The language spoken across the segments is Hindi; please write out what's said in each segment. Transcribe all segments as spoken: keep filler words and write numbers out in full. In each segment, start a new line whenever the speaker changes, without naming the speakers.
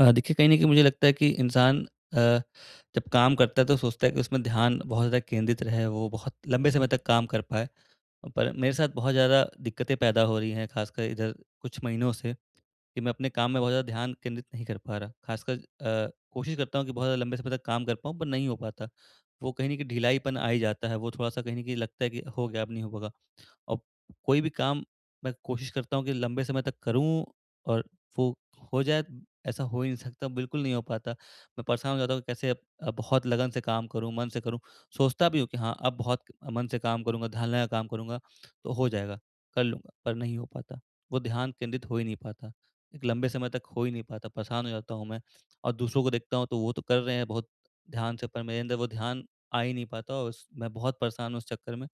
अ, देखिए कहीं न कहीं मुझे लगता है कि इंसान अ, जब काम करता है तो सोचता है कि उसमें ध्यान बहुत ज़्यादा केंद्रित रहे, वो बहुत लंबे समय तक काम कर पाए। पर मेरे साथ बहुत ज़्यादा दिक्कतें पैदा हो रही हैं, ख़ासकर इधर कुछ महीनों से कि मैं अपने काम में बहुत ज़्यादा ध्यान केंद्रित नहीं कर पा रहा। ख़ासकर अ, कोशिश करता हूँ कि बहुत ज़्यादा लंबे समय तक काम कर पाऊँ पर नहीं हो पाता। वो कहीं न कहीं ढिलाईपन आ ही जाता है, वो थोड़ा-सा कहीं न कहीं लगता है कि हो गया अब नहीं होगा। और कोई भी काम मैं कोशिश करता हूँ कि लंबे समय तक करूँ और वो हो जाए, ऐसा हो ही नहीं सकता, बिल्कुल नहीं हो पाता। मैं परेशान हो जाता हूँ कि कैसे अब अब बहुत लगन से काम करूँ, मन से करूँ। सोचता भी हूँ कि हाँ, अब बहुत मन से काम करूँगा, ध्यान लगा काम करूँगा तो हो जाएगा, कर लूँगा पर नहीं हो पाता। वो ध्यान केंद्रित हो ही नहीं पाता, एक लंबे समय तक हो ही नहीं पाता, परेशान हो जाता हूँ मैं। और दूसरों को देखता हूँ तो वो तो कर रहे हैं बहुत ध्यान से, पर मेरे अंदर वो ध्यान आ ही नहीं पाता और उस- मैं बहुत परेशान हूँ उस चक्कर में।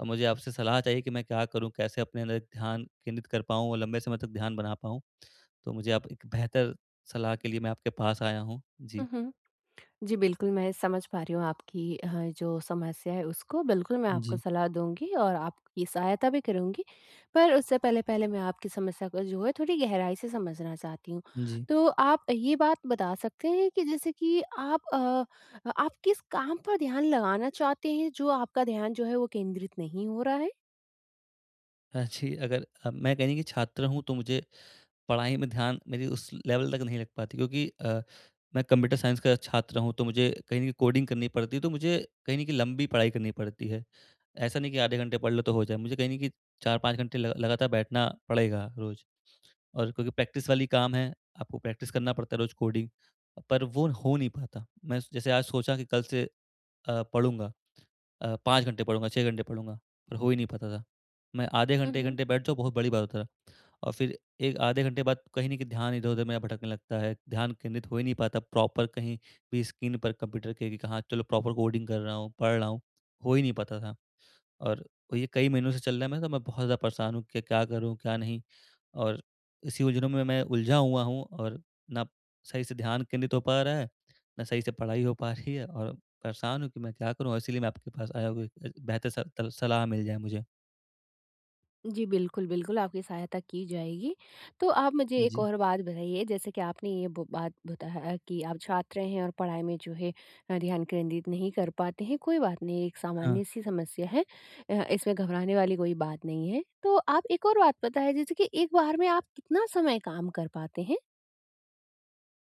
अ, मुझे आपसे सलाह चाहिए कि मैं क्या करूँ? कैसे अपने अंदर ध्यान केंद्रित कर पाऊँ और लंबे समय तक ध्यान बना पाऊँ? तो मुझे आप एक बेहतर सलाह के लिए मैं आपके पास आया हूँ। जी।
उहुँ। जी, बिल्कुल, मैं समझ पा रही हूँ आपकी अ, जो समस्या है उसको बिल्कुल मैं आपको
जी,
सलाह दूँगी और आपकी सहायता भी करूँगी। पर उससे पहले-पहले मैं आपकी समस्या को जो है थोड़ी गहराई से समझना चाहती हूँ।
जी।
तो आप ये बात बता सकते हैं कि जैसे कि आप अ, आप किस काम पर ध्यान लगाना चाहते हैं जो आपका ध्यान जो है वो केंद्रित नहीं हो रहा
हाँ जी, अगर अ, मैं कहीं कि छात्र हूँ तो मुझे पढ़ाई में ध्यान मेरी उस लेवल तक नहीं लग पाती, क्योंकि अ, मैं कंप्यूटर साइंस का छात्र हूँ तो मुझे कहीं न कहीं कोडिंग करनी पड़ती है, तो मुझे कहीं न कहीं लंबी पढ़ाई करनी पड़ती है। ऐसा नहीं कि आधे घंटे पढ़ लो तो हो जाए, मुझे कहीं न कहीं चार पाँच घंटे ल लगातार बैठना पड़ेगा रोज़। और क्योंकि प्रैक्टिस वाली काम है, आपको प्रैक्टिस करना पड़ता है रोज़ कोडिंग, पर वो हो नहीं पाता। मैं जैसे आज सोचा कि कल से अ, पढ़ूँगा, अ, पाँच घंटे पढ़ूँगा, छह घंटे पढ़ूँगा, पर हो ही नहीं पाता था। मैं आधे घंटे, एक
है?
घंटे बैठ जाऊँ बहुत बड़ी बात होता था। और फिर एक आधे घंटे बाद कहीं न कहीं ध्यान इधर-उधर मेरा भटकने लगता है, ध्यान केंद्रित हो ही नहीं पाता प्रॉपर, कहीं भी स्क्रीन पर कंप्यूटर के कि कहाँ चलो प्रॉपर कोडिंग कर रहा हूँ, पढ़ रहा हूँ, हो ही नहीं पाता था। और ये कई महीनों से चल रहा है, मैं तो मैं बहुत ज़्यादा परेशान हूँ कि क्या करूँ, क्या नहीं? और इसी उलझनों में मैं उलझा हुआ हूँ और ना सही से ध्यान केंद्रित हो पा रहा है, ना सही से पढ़ाई हो पा रही है और परेशान हूँ कि मैं क्या करूँ? और इसीलिए मैं आपके पास आया हूँ कि एक बेहतर स तल सलाह मिल जाए मुझे।
जी, बिल्कुल, बिल्कुल, आपकी सहायता की जाएगी। तो आप मुझे एक
जी,
और बात बताइए, जैसे कि आपने ये ब बात बताया कि आप छात्र हैं और पढ़ाई में जो है अ, ध्यान केंद्रित नहीं कर पाते हैं, कोई बात नहीं, एक
हाँ।
सामान्य-सी समस्या है। अ, इसमें घबराने वाली कोई बात नहीं है। तो आप एक और बात बताएँ जैसे कि एक बार में आप कितना समय काम कर पाते हैं?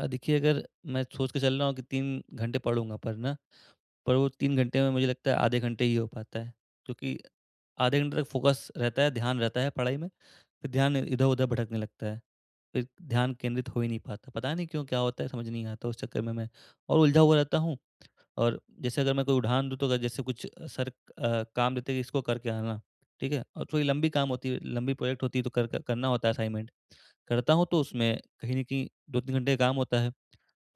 अ, देखिए, अगर मैं सोच के चल रहा हूँ कि तीन घंटे पढ़ूँगा पर ना पर वो तीन घंटे में मुझे लगता है आधे घंटे ही हो पाता है, क्योंकि आधे घंटे तक फ़ोकस रहता है, ध्यान रहता है पढ़ाई में, फिर ध्यान इधर-उधर भटकने लगता है। फिर ध्यान केंद्रित हो ही नहीं पाता। पता नहीं क्यों क्या होता है समझ नहीं आता, उस चक्कर में मैं और उलझा हुआ रहता हूँ। और जैसे अगर मैं कोई उढ़ान दूँ तो अगर जैसे कुछ सर अ, काम देते हैं कि इसको करके आना, ठीक है? और थोड़ी लंबी काम होती है, लंबी प्रोजेक्ट होती है तो कर क करना होता है असाइनमेंट। करता हूँ तो उसमें कहीं न कहीं दो तीन घंटे का काम होता है।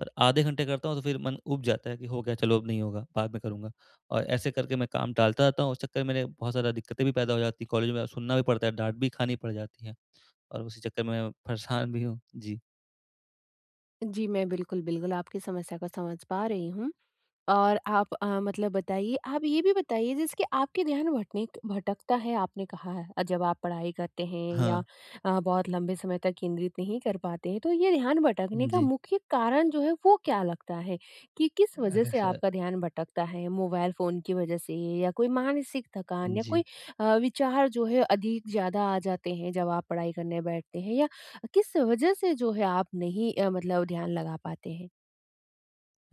पर आधे घंटे करता हूँ तो फिर मन ऊब जाता है कि हो गया चलो अब नहीं होगा, बाद में करूँगा। और ऐसे करके मैं काम टालता रहता हूँ, उस चक्कर में मेरे बहुत ज़्यादा दिक्कतें भी पैदा हो जाती हैं, कॉलेज में सुनना भी पड़ता है, डाँट भी खानी पड़ जाती है और उसी चक्कर में मैं परेशान भी हूँ। जी,
जी, मैं बिल्कुल, बिल्कुल आपकी समस्या को समझ पा रही हूँ। और आप अ, मतलब बताइए आप ये भी बताइए जिसके आपके ध्यान भटने भटकता है आपने कहा है अ, जब आप पढ़ाई करते हैं या
हाँ,
अ, बहुत लंबे समय तक केंद्रित नहीं कर पाते हैं तो ये ध्यान भटकने का
जी।
मुख्य कारण जो है वो क्या लगता है कि किस वजह
अगर
से
स-
आपका ध्यान भटकता है मोबाइल फोन की वजह से या कोई मानसिक थकान या
जी।
कोई अ, विचार जो है अधिक ज्यादा आ जाते हैं जब आप पढ़ाई करने बैठते हैं या किस वजह से जो है आप नहीं अ, मतलब ध्यान लगा पाते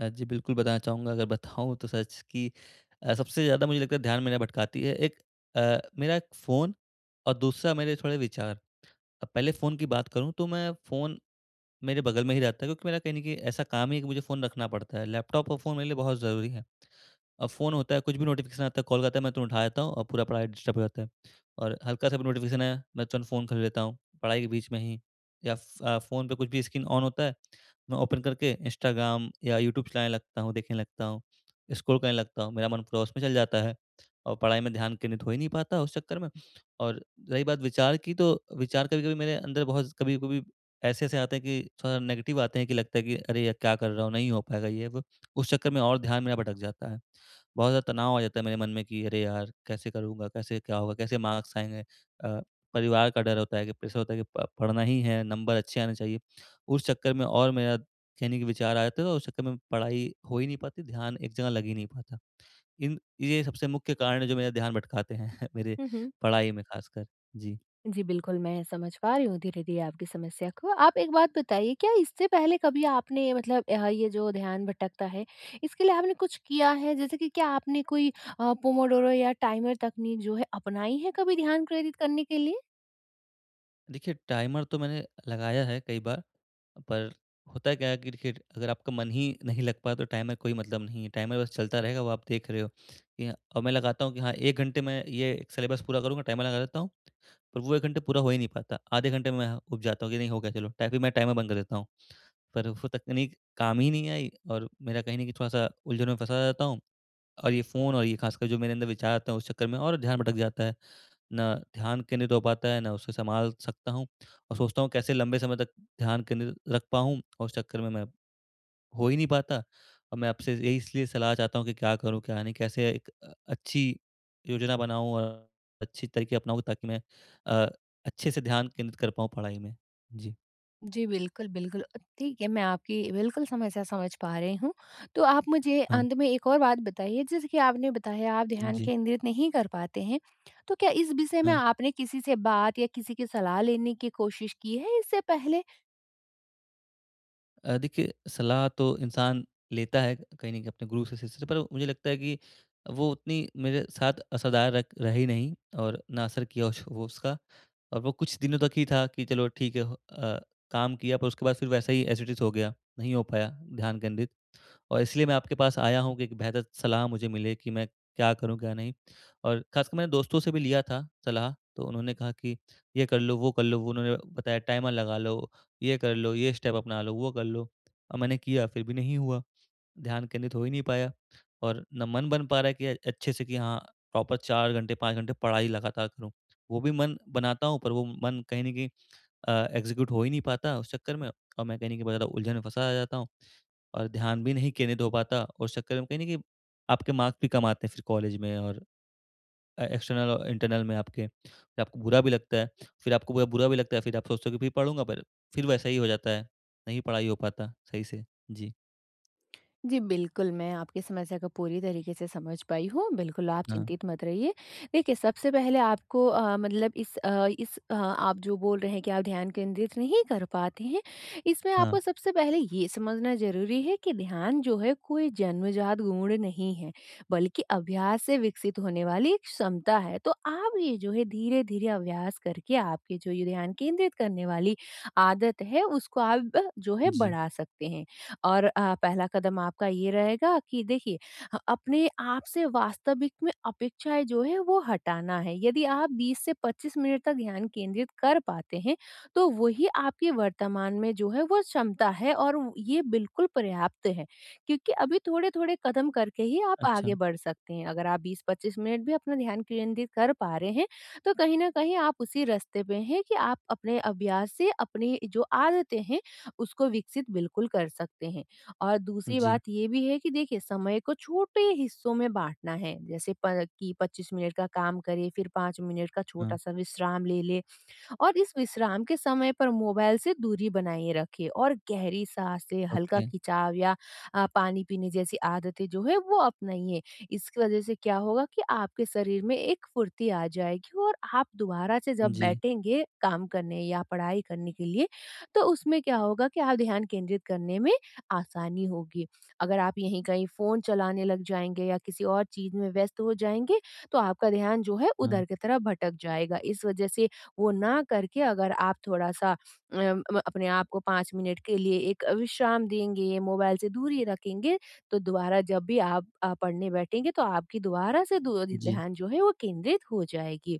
अ, जी, बिल्कुल बताना चाहूँगा, अगर बताऊँ तो सच कि अ, सबसे ज़्यादा मुझे लगता है ध्यान मेरा भटकाती है, एक अ, मेरा एक फ़ोन और दूसरा मेरे थोड़े विचार। अब पहले फ़ोन की बात करूँ तो मैं फ़ोन मेरे बगल में ही रहता है, क्योंकि मेरा कहीं न कहीं ऐसा काम ही है कि मुझे फ़ोन रखना पड़ता है। लैपटॉप और फ़ोन मेरे लिए बहुत ज़रूरी है। अब फ़ोन होता है, कुछ भी नोटिफ़िकेशन आता है, कॉल का आता है, मैं तुरंत उठा लेता हूँ और पूरा पढ़ाई डिस्टर्ब हो जाता है। और हल्का-सा भी नोटिफ़िकेशन आया, मैं तुरंत फ़ोन कर लेता हूँ, पढ़ाई के बीच में ही, या फ़ अ, फ़ोन पे कुछ भी स्क्रीन ऑन होता है, मैं ओपन करके इंस्टाग्राम या यूट्यूब चलाने लगता हूँ, देखने लगता हूँ, स्क्रॉल करने लगता हूँ, मेरा मन पूरा उसमें चल जाता है और पढ़ाई में ध्यान केंद्रित हो ही नहीं पाता उस चक्कर में। और रही बात विचार की, तो विचार कभी-कभी मेरे अंदर बहुत कभी-कभी ऐसे-ऐसे आते हैं कि थोड़ा नेगेटिव आते हैं कि लगता है कि, "अरे! यार क्या कर रहा हूँ, नहीं हो पाएगा ये वो।" उस चक्कर में और ध्यान मेरा भटक जाता है। बहुत ज़्यादा तनाव आ जाता है मेरे मन में कि अरे यार! कैसे करूँगा? कैसे क्या होगा? कैसे मार्क्स आएँगे? अ, परिवार का डर होता है कि प्रेशर होता है कि प पढ़ना ही है, नंबर अच्छे आने चाहिए। उस चक्कर में और मेरा कहने के विचार आ जाते हैं और उस चक्कर में पढ़ाई हो ही नहीं पाती, ध्यान एक जगह लग ही नहीं पाता। इन ये सबसे मुख्य कारण है जो मेरा ध्यान भटकाते हैं मेरे
हैं।
पढ़ाई में खासकर। जी।
जी, बिल्कुल, मैं समझ पा रही हूँ धीरे-धीरे आपकी समस्या को। आप एक बात बताइए, क्या इससे पहले कभी आपने मतलब अ, ये जो ध्यान भटकता है, इसके लिए आपने कुछ किया है? जैसे कि क्या आपने कोई अ, पोमोडोरो या टाइमर तकनीक जो है, अपनाई है कभी ध्यान केंद्रित करने के लिए?
देखिए, टाइमर तो मैंने लगाया है कई बार, पर होता क्या है कि देखिए अगर आपका मन ही नहीं लग पाया तो टाइमर कोई मतलब नहीं है। टाइमर बस चलता रहेगा, वो आप देख रहे हो कि हाँ, और मैं लगाता हूँ कि हाँ, एक घंटे में ये सिलेबस पूरा करूँगा, टाइमर लगा देता हूँ, पर वो एक घंटे पूरा हो ही नहीं पाता। आधे घंटे में मैं ऊब जाता हूँ कि नहीं हो गया चलो, टा फिर मैं टाइमर बंद कर देता हूँ। पर वो तकनीक काम ही नहीं आई और मेरा कहीं न कहीं थोड़ा-सा उलझन में फँसा रहता हूँ और ये फ़ोन और ये ख़ासकर जो मेरे अंदर विचार आते हैं उस चक्कर में और ध्यान भटक जाता है। ना ध्यान केंद्रित हो पाता है, ना उसे सँभाल सकता हूँ और सोचता हूँ कैसे लंबे समय तक ध्यान केंद्रित रख पाऊँ, और उस चक्कर में मैं हो ही नहीं पाता। और मैं आपसे यही इसलिए सलाह चाहता हूँ कि क्या करूँ, क्या नहीं? कैसे एक अ, अच्छी योजना बनाऊँ और अच्छी तरीके अपनाऊँ ताकि मैं अ, अच्छे से ध्यान केंद्रित कर पाऊँ पढ़ाई में? जी,
जी, बिल्कुल, बिल्कुल। अ, ठीक है, मैं आपकी बिल्कुल समस्या समझ पा रही हूँ। तो आप मुझे
हाँ।
अंत में एक और बात बताइए, जैसे कि आपने बताया आप ध्यान
जी,
केंद्रित नहीं कर पाते हैं, तो क्या इस विषय में
हाँ।
आपने किसी से बात या किसी की सलाह लेने की कोशिश की है इससे पहले?
अ, देखिए, सलाह तो इंसान लेता है कहीं न कहीं अपने गुरु से सिलसिले, पर मुझे लगता है कि वो उतनी मेरे साथ असरदार रक रही नहीं, और ना असर किया उस वो उसका। और वो कुछ दिनों तक ही था कि चलो ठीक है हो- अ, काम किया, पर उसके बाद फिर वैसा ही एज़ इट इज़ हो गया, नहीं हो पाया ध्यान केंद्रित। और इसलिए मैं आपके पास आया हूँ कि एक बेहतर सलाह मुझे मिले कि मैं क्या करूँ, क्या नहीं? और ख़ासकर मैंने दोस्तों से भी लिया था सलाह, तो उन्होंने कहा कि ये कर लो, वो कर लो, वो उन्होंने बताया टाइमर लगा लो, ये कर लो, ये स्टेप अपना लो, वो कर लो। और मैंने किया फिर भी नहीं हुआ, ध्यान केंद्रित हो ही नहीं पाया और ना मन बन पा रहा है कि अ, अच्छे से कि हाँ, प्रॉपर चार घंटे, पाँच घंटे पढ़ाई लगातार करूँ। वो भी मन बनाता हूँ पर वो मन कहीं न कहीं अ, एग्ज़ीक्यूट हो ही नहीं पाता उस चक्कर में, और मैं कहीं न कहीं बहुत ज़्यादा उलझन में फँसा जाता हूँ और ध्यान भी नहीं केंद्रित हो पाता और उस चक्कर में कहीं न कहीं आपके मार्क्स भी कम आते हैं फिर कॉलेज में और अ, एक्सटर्नल और इंटरनल में आपके। फिर आपको बुरा भी लगता है, फिर आपको बुरा बुरा भी लगता है, फिर आप सोचते हो कि फिर पढ़ूँगा, पर फिर वैसा ही हो जाता है, नहीं पढ़ाई हो पाता सही से। जी,
जी, बिल्कुल, मैं आपकी समस्या को पूरी तरीके से समझ पाई हूँ। बिल्कुल, आप
हाँ,
चिंतित मत रहिए। देखिए, सबसे पहले आपको अ, मतलब इस अ, इस अ, आप जो बोल रहे हैं कि आप ध्यान केंद्रित नहीं कर पाते हैं, इसमें
हाँ,
आपको सबसे पहले ये समझना ज़रूरी है कि ध्यान जो है कोई जन्मजात गुण नहीं है, बल्कि अभ्यास से विकसित होने वाली एक क्षमता है। तो आप ये जो है धीरे-धीरे अभ्यास करके आपके जो ये ध्यान केंद्रित करने वाली आदत है, उसको आप अ, जो है
जी,
बढ़ा सकते हैं। और अ, पहला कदम आपका ये रहेगा कि देखिए ह- अपने आप से वास्तविक में अपेक्षाएं जो है वो हटाना है। यदि आप बीस से पच्चीस मिनट तक ध्यान केंद्रित कर पाते हैं तो वही आपके वर्तमान में जो है वो क्षमता है और वो- ये बिल्कुल पर्याप्त है क्योंकि अभी थोड़े थोड़े कदम करके ही आप आगे
अच्छा,
बढ़ सकते हैं। अगर आप बीस से पच्चीस मिनट भी अपना ध्यान केंद्रित कर पा रहे हैं तो कहीं ना कहीं आप उसी रास्ते पे हैं कि आप अपने अभ्यास से अपनी जो आदतें हैं उसको विकसित बिल्कुल कर सकते हैं। और दूसरी
जी,
बात ये भी है कि देखिए समय को छोटे हिस्सों में बाँटना है, जैसे प कि पच्चीस मिनट का काम करें, फिर पाँच मिनट का
हाँ,
छोटा-सा विश्राम ले लें। और इस विश्राम के समय पर मोबाइल से दूरी बनाए रखें और गहरी सांस लें, हल्का
ओके,
खिंचाव या अ, पानी पीने जैसी आदतें जो है वो अपनाइए। इसकी वजह से क्या होगा कि आपके शरीर में एक फुर्ती आ जाएगी और आप दोबारा से जब
जी,
बैठेंगे काम करने या पढ़ाई करने के लिए तो उसमें क्या होगा कि आप ध्यान केंद्रित करने में आसानी होगी। अगर आप यहीं कहीं फोन चलाने लग जाएंगे या किसी और चीज में व्यस्त हो जाएंगे तो आपका ध्यान जो है
हाँ,
उधर की तरफ भटक जाएगा। इस वजह से वो ना करके अगर आप थोड़ा-सा अ, म अपने आप को पाँच मिनट के लिए एक विश्राम देंगे, मोबाइल से दूरी रखेंगे, तो दोबारा जब भी आप अ, पढ़ने बैठेंगे तो आपकी दोबारा से दु
जी,
ध्यान जो है वो केंद्रित हो जाएगी।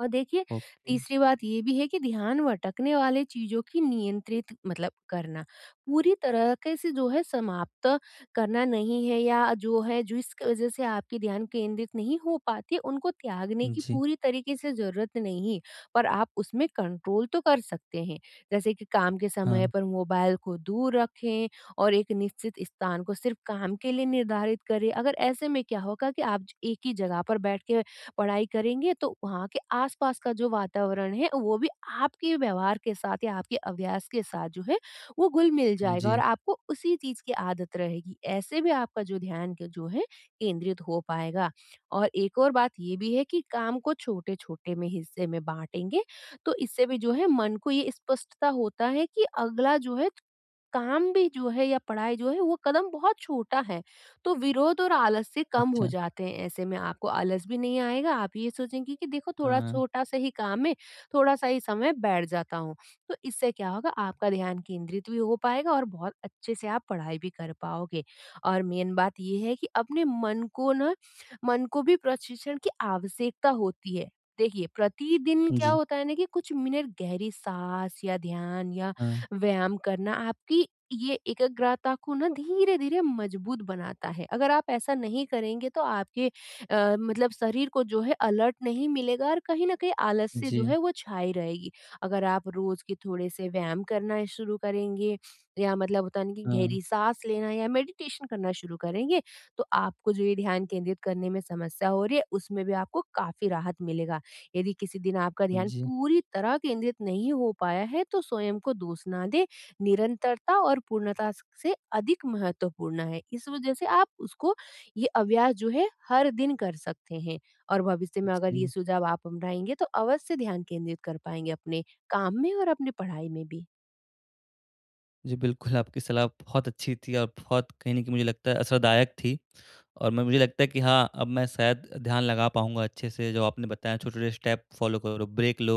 और देखिए
ओके,
तीसरी बात ये भी है कि ध्यान भटकने वाले चीजों की नियंत्रित मतलब करना पूरी तरह के से जो है समाप्त करना नहीं है या जो है जो इस वजह से आपकी ध्यान केंद्रित नहीं हो पाती उनको त्यागने की
जी,
पूरी तरीके से जरूरत नहीं। पर आप उसमें कंट्रोल तो कर सकते हैं, जैसे कि काम के
हाँ,
समय पर मोबाइल को दूर रखें और एक निश्चित स्थान को सिर्फ काम के लिए निर्धारित करें। अगर ऐसे में क्या होगा कि आप एक ही जगह पर बैठ के पढ़ाई करेंगे तो वहाँ के आसपास का जो वातावरण है वो भी आपके व्यवहार के साथ या आपके अभ्यास के साथ जो है वो घुल मिल जाएगा और
जी,
आपको उसी चीज की आदत रहेगी। ऐसे भी आपका जो ध्यान के जो है केंद्रित हो पाएगा। और एक और बात ये भी है कि काम को छोटे छोटे में हिस्से में बांटेंगे तो इससे भी जो है मन को ये स्पष्टता होता है कि अगला जो है काम भी जो है या पढ़ाई जो है वो कदम बहुत छोटा है। तो विरोध और आलस से कम हो
अच्छा,
जाते हैं। ऐसे में आपको आलस भी नहीं आएगा, आप ये सोचेंगे कि देखो थोड़ा
हाँ,
छोटा-सा ही काम है, थोड़ा-सा ही समय बैठ जाता हूँ। तो इससे क्या होगा आपका ध्यान केंद्रित भी हो पाएगा और बहुत अच्छे से आप पढ़ाई भी कर पाओगे। और मेन बात ये है कि अपने मन को ना मन को भी प्रशिक्षण की आवश्यकता होती है। देखिए प्रतिदिन क्या
जी,
होता है ना कि कुछ मिनट गहरी साँस या ध्यान या
हाँ,
व्यायाम करना आपकी ये एकाग्रता को ना धीरे-धीरे मजबूत बनाता है। अगर आप ऐसा नहीं करेंगे तो आपके अ, मतलब शरीर को जो है अलर्ट नहीं मिलेगा और कहीं न कहीं आलस्य जो
जी।
है वो छाई रहेगी। अगर आप रोज़ के थोड़े से व्यायाम करना शुरू करेंगे या मतलब होता है ना कि
हाँ,
गहरी साँस लेना या मेडिटेशन करना शुरू करेंगे, तो आपको जो ये ध्यान केंद्रित करने में समस्या हो रही है उसमें भी आपको काफ़ी राहत मिलेगा। यदि किसी दिन आपका ध्यान
जी,
पूरी तरह केंद्रित नहीं हो पाया है तो स्वयं को दोष ना दे। निरंतरता और पूर्णता से अधिक महत्वपूर्ण है। इस वजह से आप उसको ये अभ्यास जो है हर दिन कर सकते हैं और भविष्य में अगर ये
जी।
सुझाव आप अपनाएंगे तो अवश्य ध्यान केंद्रित कर पाएंगे अपने काम में और अपनी पढ़ाई में भी।
जी, बिल्कुल, आपकी सलाह बहुत अच्छी थी और बहुत कहीं न कहीं मुझे लगता है असरदायक थी। और मैं मुझे लगता है कि हाँ, अब मैं शायद ध्यान लगा पाऊँगा अच्छे से। जो आपने बताया छोटे-छोटे स्टेप फ़ॉलो करो, ब्रेक लो,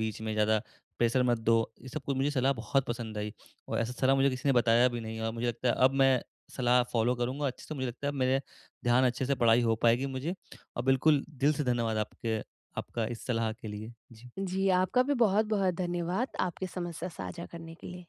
बीच में ज़्यादा प्रेशर मत दो। ये सब कुछ मुझे सलाह बहुत पसंद आई, और ऐसा सलाह मुझे किसी ने बताया भी नहीं, और मुझे लगता है अब मैं सलाह फ़ॉलो करूँगा अच्छे से। मुझे लगता है अब मेरे ध्यान अच्छे से पढ़ाई हो पाएगी मुझे। और बिल्कुल दिल से धन्यवाद आपके, आपका इस सलाह के लिए। जी।
जी आपका भी बहुत बहुत धन्यवाद आपकी समस्या साझा करने के लिए।